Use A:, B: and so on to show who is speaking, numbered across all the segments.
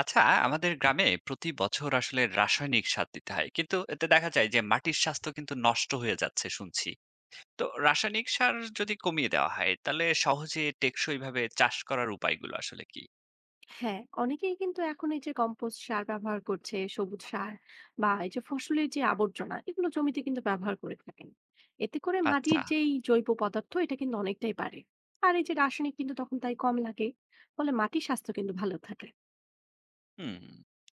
A: আচ্ছা। আমাদের গ্রামে প্রতি বছর আসলে রাসায়নিক সার দিতে হয় কিন্তু এতে দেখা যায় যে মাটির স্বাস্থ্য কিন্তু নষ্ট হয়ে যাচ্ছে শুনছি। তো রাসায়নিক সার যদি কমিয়ে দেওয়া হয় তাহলে সহজে টেকসই ভাবে চাষ করার উপায়গুলো আসলে কি?
B: হ্যাঁ, অনেকেই কিন্তু এখন এই যে কম্পোস্ট সার ব্যবহার করছে, সবুজ সার বা এই যে ফসলের যে আবর্জনা এগুলো জমিতে কিন্তু ব্যবহার করে থাকেন। এতে করে মাটির
A: আচ্ছা।
B: যেই জৈব পদার্থ এটা কিন্তু অনেকটাই বাড়ে। আর এই যে রাসায়নিক কিন্তু তখন তাই কম লাগে, ফলে মাটির স্বাস্থ্য কিন্তু ভালো থাকে।
A: হুম।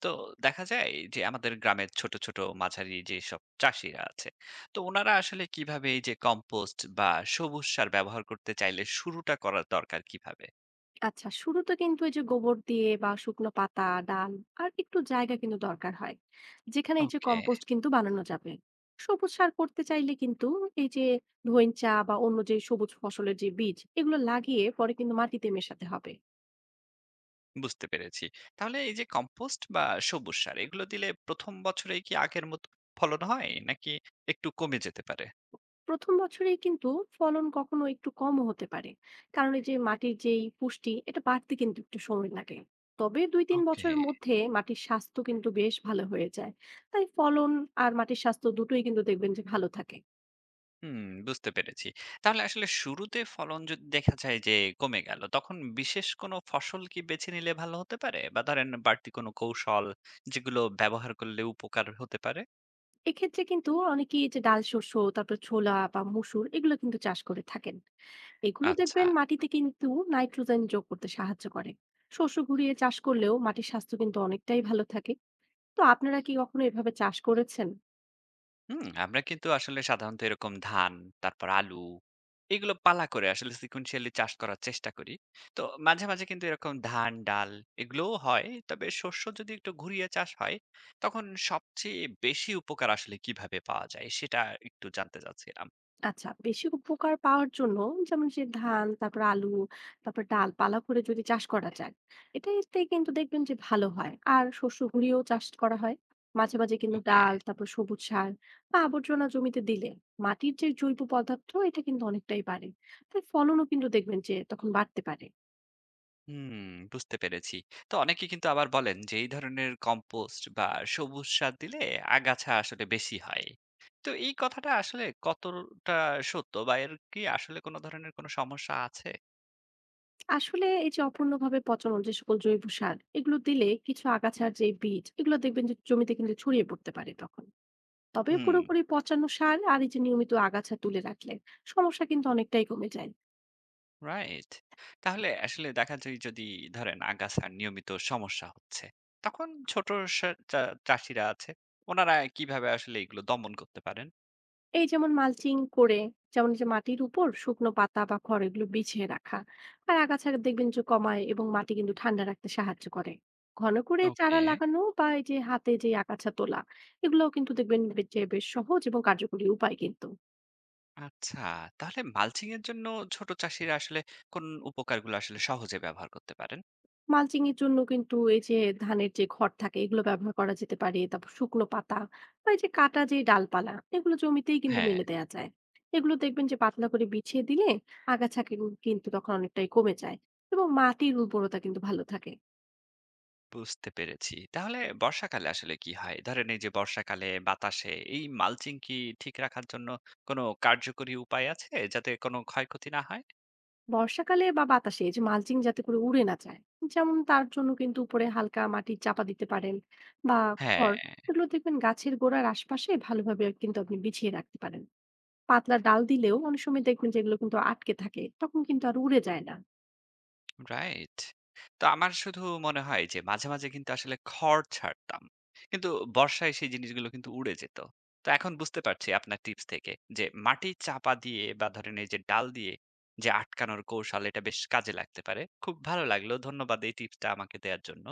A: তো দেখা যায় যে আমাদের গ্রামের ছোট ছোট মাঝারি যে সব চাষিরা আছে, তো ওনারা আসলে কিভাবে এই যে কম্পোস্ট বা সবুজ সার ব্যবহার করতে চাইলে শুরুটা করার দরকার কিভাবে?
B: আচ্ছা, শুরুতে কিন্তু এই যে গোবর দিয়ে বা শুকনো পাতা ডাল আর একটু জায়গা কিন্তু দরকার হয়, যেখানে এই যে
A: ওকে।
B: কম্পোস্ট কিন্তু বানানো যাবে। সবুজ সার করতে চাইলে কিন্তু এই যে ধইঞ্চা বা অন্য যে সবুজ ফসলের যে বীজ এগুলো লাগিয়ে পরে কিন্তু মাটিতে মেশাতে হবে।
A: বুঝতে পেরেছি। তাহলে এই যে কম্পোস্ট বা সবুজ সার এগুলো দিলে ১ম বছরেই কি আগের মতো ফলন হয়? নাকি একটু কমে যেতে পারে?
B: প্রথম বছরেই কিন্তু ফলন কখনো একটু কমও হতে পারে, কারণ এই যে মাটির যেই পুষ্টি এটা বাড়তে কিন্তু একটু সময় লাগে। তবে দুই তিন
A: ওকে।
B: বছরের মধ্যে মাটির স্বাস্থ্য কিন্তু বেশ ভালো হয়ে যায়। তাই ফলন আর মাটির স্বাস্থ্য দুটোই কিন্তু দেখবেন যে ভালো থাকে।
A: হুম, বুঝতে পেরেছি। তাহলে আসলে শুরুতে ফলন যদি দেখা যায় যে কমে গেল, তখন বিশেষ কোনো ফসল কি বেছে নিলে ভালো হতে পারে? বা ধরেন বাড়তি কোনো কৌশল যেগুলো ব্যবহার করলে উপকার হতে পারে?
B: এক্ষেত্রে কিন্তু অনেকেই যে ডাল শস্য, তারপর ছোলা বা মসুর এগুলো কিন্তু চাষ করে থাকেন। এগুলো
A: আচ্ছা।
B: দেখবেন মাটিতে কিন্তু নাইট্রোজেন যোগ করতে সাহায্য করে। শস্য ঘুরিয়ে চাষ করলেও মাটির স্বাস্থ্য কিন্তু অনেকটাই ভালো থাকে। তো আপনারা কি কখনো এভাবে চাষ করেছেন?
A: হুম, আমরা কিন্তু আসলে সাধারণত এরকম ধান, তারপর আলু এগুলো পালা করে আসলে sequentially চাষ করার চেষ্টা করি। তো মাঝে, মাঝে কিন্তু এরকম ধান, ডাল এগুলোও হয়। তবে শস্য যদি একটু ঘুরিয়ে চাষ হয়, তখন সবচেয়ে বেশি উপকার আসলে কিভাবে পাওয়া যায়? সেটা একটু জানতে চাচ্ছিলাম।
B: আচ্ছা, বেশি উপকার পাওয়ার জন্য যেমন যে ধান, তারপর আলু, তারপর ডাল পালা করে যদি চাষ করা যায়, এতে কিন্তু দেখবেন যে ভালো হয় আর শস্য ঘুরিয়েও চাষ করা হয়। মাঝে মাঝে কিন্তু
A: ওকে।
B: ডাল, তারপর সবুজ সার বা আবর্জনা জমিতে দিলে মাটির যে জৈব পদার্থ এটা কিন্তু অনেকটাই বাড়ে। তাই ফলনও কিন্তু দেখবেন যে তখন বাড়তে পারে।
A: হুম, বুঝতে পেরেছি। তো অনেকে কিন্তু আবার বলেন যে এই ধরনের কম্পোস্ট বা সবুজ সার দিলে আগাছা আসলে বেশি হয়। তো এই কথাটা আসলে কতটা সত্য বা এর কি আসলে কোনো ধরনের কোনো সমস্যা আছে?
B: আসলে এই যে অপূর্ণভাবে পচানো যে সকল জৈব সার এগুলো দিলে কিছু আগাছার যে বীজ এগুলো দেখবেন যে জমিতে কিন্তু ছড়িয়ে পড়তে পারে তখন। তবে
A: হুম,
B: পুরোপুরি পচানো সার আর এই যে নিয়মিত আগাছা তুলে রাখলে সমস্যা কিন্তু অনেকটাই কমে যায়।
A: রাইট। তাহলে আসলে দেখা যায় যদি ধরেন আগাছার নিয়মিত সমস্যা হচ্ছে, তখন ছোট সা চা চাষিরা আছে, ওনারা কিভাবে আসলে এগুলো দমন করতে পারেন?
B: এই যেমন মালচিং করে, যেমন এই যে মাটির উপর শুকনো পাতা বা খড় এগুলো বিছিয়ে রাখা, আর আগাছা দেখবেন যে কমায় এবং মাটি কিন্তু ঠান্ডা রাখতে সাহায্য করে। ঘন করে
A: ওকে।
B: চারা লাগানো বা এই যে হাতে যে আগাছা তোলা, এগুলোও কিন্তু দেখবেন যে বেশ সহজ এবং কার্যকরী উপায় কিন্তু।
A: আচ্ছা, তাহলে মালচিং এর জন্য ছোট চাষীরা আসলে কোন উপকারগুলো আসলে সহজে ব্যবহার করতে পারেন?
B: মালচিং এর জন্য কিন্তু এই যে ধানের যে খড় থাকে এগুলো ব্যবহার করা যেতে পারে, তারপর শুকনো পাতা বা এই যে কাটা যে ডালপালা এগুলো জমিতেই কিন্তু
A: হ্যাঁ,
B: মেলে দেওয়া যায়। এগুলো দেখবেন যে পাতলা করে বিছিয়ে দিলে আগাছা কিন্তু তখন অনেকটাই কমে যায় এবং মাটির উর্বরতা কিন্তু ভালো থাকে।
A: বুঝতে পেরেছি। তাহলে বর্ষাকালে আসলে কি হয়? ধরেন এই যে বর্ষাকালে বাতাসে এই মালচিং কি ঠিক রাখার জন্য কোনো কার্যকরী উপায় আছে যাতে কোনো ক্ষয়ক্ষতি না হয়?
B: বর্ষাকালে বা বাতাসে এই যে মালচিং যাতে করে উড়ে না যায়, যেমন তার জন্য কিন্তু উপরে হালকা মাটির চাপা দিতে পারেন, বা
A: হ্যাঁ।
B: খড় এগুলো দেখবেন গাছের গোড়ার আশপাশে ভালোভাবে কিন্তু আপনি বিছিয়ে রাখতে পারেন। পাতলা ডাল দিলেও অনেক সময় দেখবেন যে এগুলো কিন্তু আটকে থাকে। তখন কিন্তু আর উড়ে যায় না।
A: রাইট। তো আমার শুধু মনে হয় যে মাঝে, মাঝে কিন্তু আসলে খড় ছাড়তাম। কিন্তু বর্ষায় সেই জিনিসগুলো কিন্তু উড়ে যেত। তো এখন বুঝতে পারছি আপনার টিপস থেকে যে মাটি চাপা দিয়ে বা ধরেন এই যে ডাল দিয়ে যে আটকানোর কৌশল এটা বেশ কাজে লাগতে পারে। খুব ভালো লাগলো। ধন্যবাদ এই টিপসটা আমাকে দেয়ার জন্য।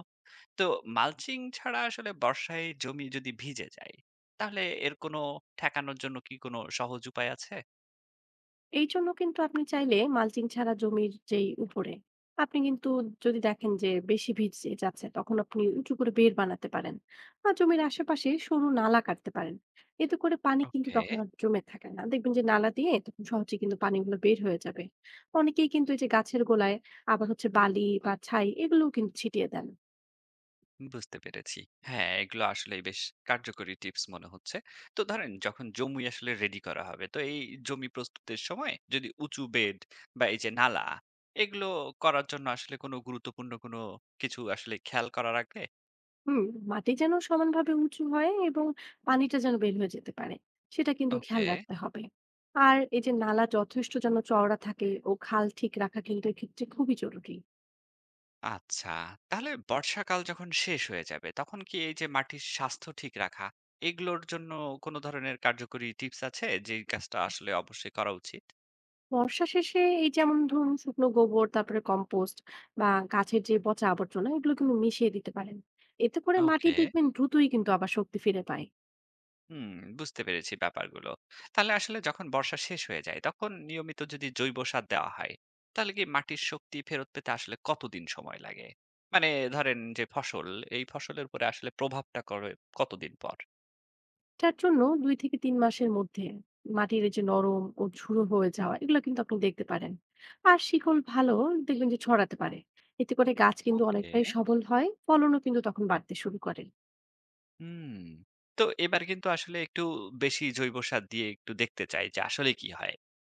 A: তো মালচিং ছাড়া আসলে বর্ষায় জমি যদি ভিজে যায় তাহলে এর কোনো ঠেকানোর জন্য কি কোনো সহজ উপায় আছে?
B: এইজন্য কিন্তু আপনি চাইলে মালচিং ছাড়া জমির যেই উপরে, আপনি কিন্তু যদি দেখেন যে বেশি ভিজে যাচ্ছে, তখন আপনি উঁচু করে বেড় বানাতে পারেন। বা জমির আশেপাশে সরু নালা কাটতে পারেন। এতে করে পানি কিন্তু
A: ওকে।
B: তখন আর জমে থাকে না। দেখবেন যে নালা দিয়ে তখন সহজে কিন্তু পানিগুলো বের হয়ে যাবে। অনেকেই কিন্তু এই যে গাছের গোড়ায় আবার হচ্ছে বালি বা ছাই এগুলোও কিন্তু ছিটিয়ে দেন।
A: বুঝতে পেরেছি। হ্যাঁ, এগুলো আসলেই বেশ কার্যকরী টিপস মনে হচ্ছে। তো ধরেন যখন জমি আসলে রেডি করা হবে, তো এই জমি প্রস্তুতের সময় যদি উঁচু বেড বা এই যে নালা, এগুলো করার জন্য আসলে কোনো গুরুত্বপূর্ণ কোনো কিছু আসলে খেয়াল করা রাখবে?
B: হুম, মাটি যেন সমানভাবে উঁচু হয় এবং পানিটা যেন বের হয়ে যেতে পারে, সেটা কিন্তু খেয়াল
A: ওকে,
B: রাখতে হবে। আর এই যে নালা যথেষ্ট যেন চওড়া থাকে ও খাল ঠিক রাখা কিন্তু এক্ষেত্রে খুবই জরুরি।
A: আচ্ছা। তাহলে বর্ষাকাল যখন শেষ হয়ে যাবে, তখন কি এই যে মাটির স্বাস্থ্য ঠিক রাখা, এগুলোর জন্য কোনো ধরনের কার্যকরী টিপস আছে যেই কাজটা আসলে অবশ্যই করা উচিত?
B: বর্ষা শেষে এই যেমন ধরুন শুকনো গোবর, তারপরে কম্পোস্ট বা গাছের যে পচা আবর্জনা এগুলো কিন্তু মিশিয়ে দিতে পারেন। এতে করে মাটি
A: ওকে।
B: দেখবেন দ্রুতই কিন্তু আবার শক্তি ফিরে পায়।
A: হুম, বুঝতে পেরেছি ব্যাপারগুলো। তাহলে আসলে যখন বর্ষা শেষ হয়ে যায়, তখন নিয়মিত যদি জৈব সার দেওয়া হয়, তাহলে কি মাটির শক্তি ফেরত পেতে আসলে কতদিন সময় লাগে? মানে ধরেন যে ফসল, এই ফসলের উপরে আসলে প্রভাবটা করে কতদিন পর?
B: এটার জন্য ২ থেকে ৩ মাসের মধ্যে মাটির এই যে নরম ও ঝুড়ো হয়ে যাওয়া এগুলো কিন্তু আপনি দেখতে পারেন। আর শিকড় ভালো দেখবেন যে ছড়াতে পারে। এতে করে গাছ কিন্তু
A: ওকে।
B: অনেকটাই সবল হয়, ফলনও কিন্তু তখন বাড়তে শুরু করে।
A: হুম। তো এবার কিন্তু আসলে একটু বেশি জৈব সার দিয়ে একটু দেখতে চাই যে আসলে কি হয়?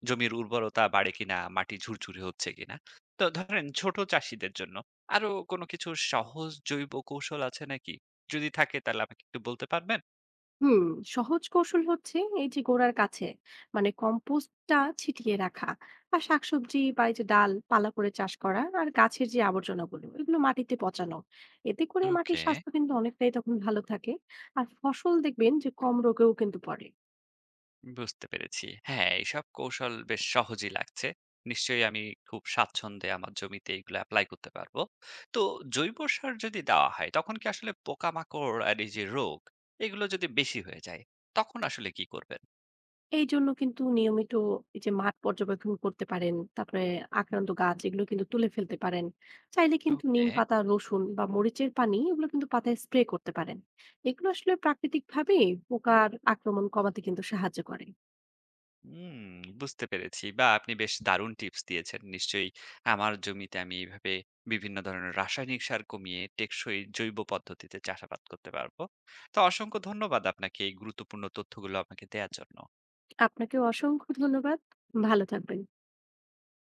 A: জমির উর্বরতা বাড়ে কিনা, মাটি ঝুরঝুরে হচ্ছে কিনা? তো ধরেন ছোট চাষীদের জন্য আরো কোনো কিছু সহজ জৈব কৌশল আছে নাকি? যদি থাকে তাহলে আমাকে একটু বলতে পারবেন?
B: হুম, সহজ কৌশল হচ্ছে এই যে গোড়ার কাছে মানে কম্পোস্টটা ছিটিয়ে রাখা, আর শাকসবজি বা এই যে ডাল পালা করে চাষ করা, আর গাছের যে আবর্জনাগুলো এগুলো মাটিতে পচানো। এতে করে
A: ওকে।
B: মাটির স্বাস্থ্য কিন্তু অনেকটাই তখন ভালো থাকে। আর ফসল দেখবেন যে কম রোগেও কিন্তু পড়ে।
A: বুঝতে পেরেছি। হ্যাঁ, এইসব কৌশল বেশ সহজই লাগছে। নিশ্চয়ই আমি খুব স্বাচ্ছন্দ্যে আমার জমিতে এগুলো এপ্লাই করতে পারবো। তো জৈব সার যদি দেওয়া হয় তখন কি আসলে পোকামাকড় আর এই যে রোগ এগুলো যদি বেশি হয়ে যায় তখন আসলে কি করবেন?
B: এইজন্য কিন্তু নিয়মিত এই যে মাঠ পর্যবেক্ষণ করতে পারেন, তারপরে আক্রান্ত গাছ এগুলো কিন্তু তুলে ফেলতে পারেন। চাইলে কিন্তু নিম
A: ওকে।
B: পাতা, রসুন বা মরিচের পানি এগুলো কিন্তু পাতায় স্প্রে করতে পারেন। এগুলো আসলে প্রাকৃতিকভাবে পোকার আক্রমণ কমাতে কিন্তু সাহায্য করে।
A: হুম, বুঝতে পেরেছি। বা আপনি বেশ দারুণ টিপস দিয়েছেন। নিশ্চয়ই আমার জমিতে আমি এইভাবে বিভিন্ন ধরনের রাসায়নিক সার কমিয়ে টেকসই জৈব পদ্ধতিতে চাষাবাদ করতে পারবো। তো অসংখ্য ধন্যবাদ আপনাকে এই গুরুত্বপূর্ণ তথ্যগুলো আমাকে দেয়ার জন্য।
B: আপনাকেও অসংখ্য ধন্যবাদ। ভালো থাকবেন।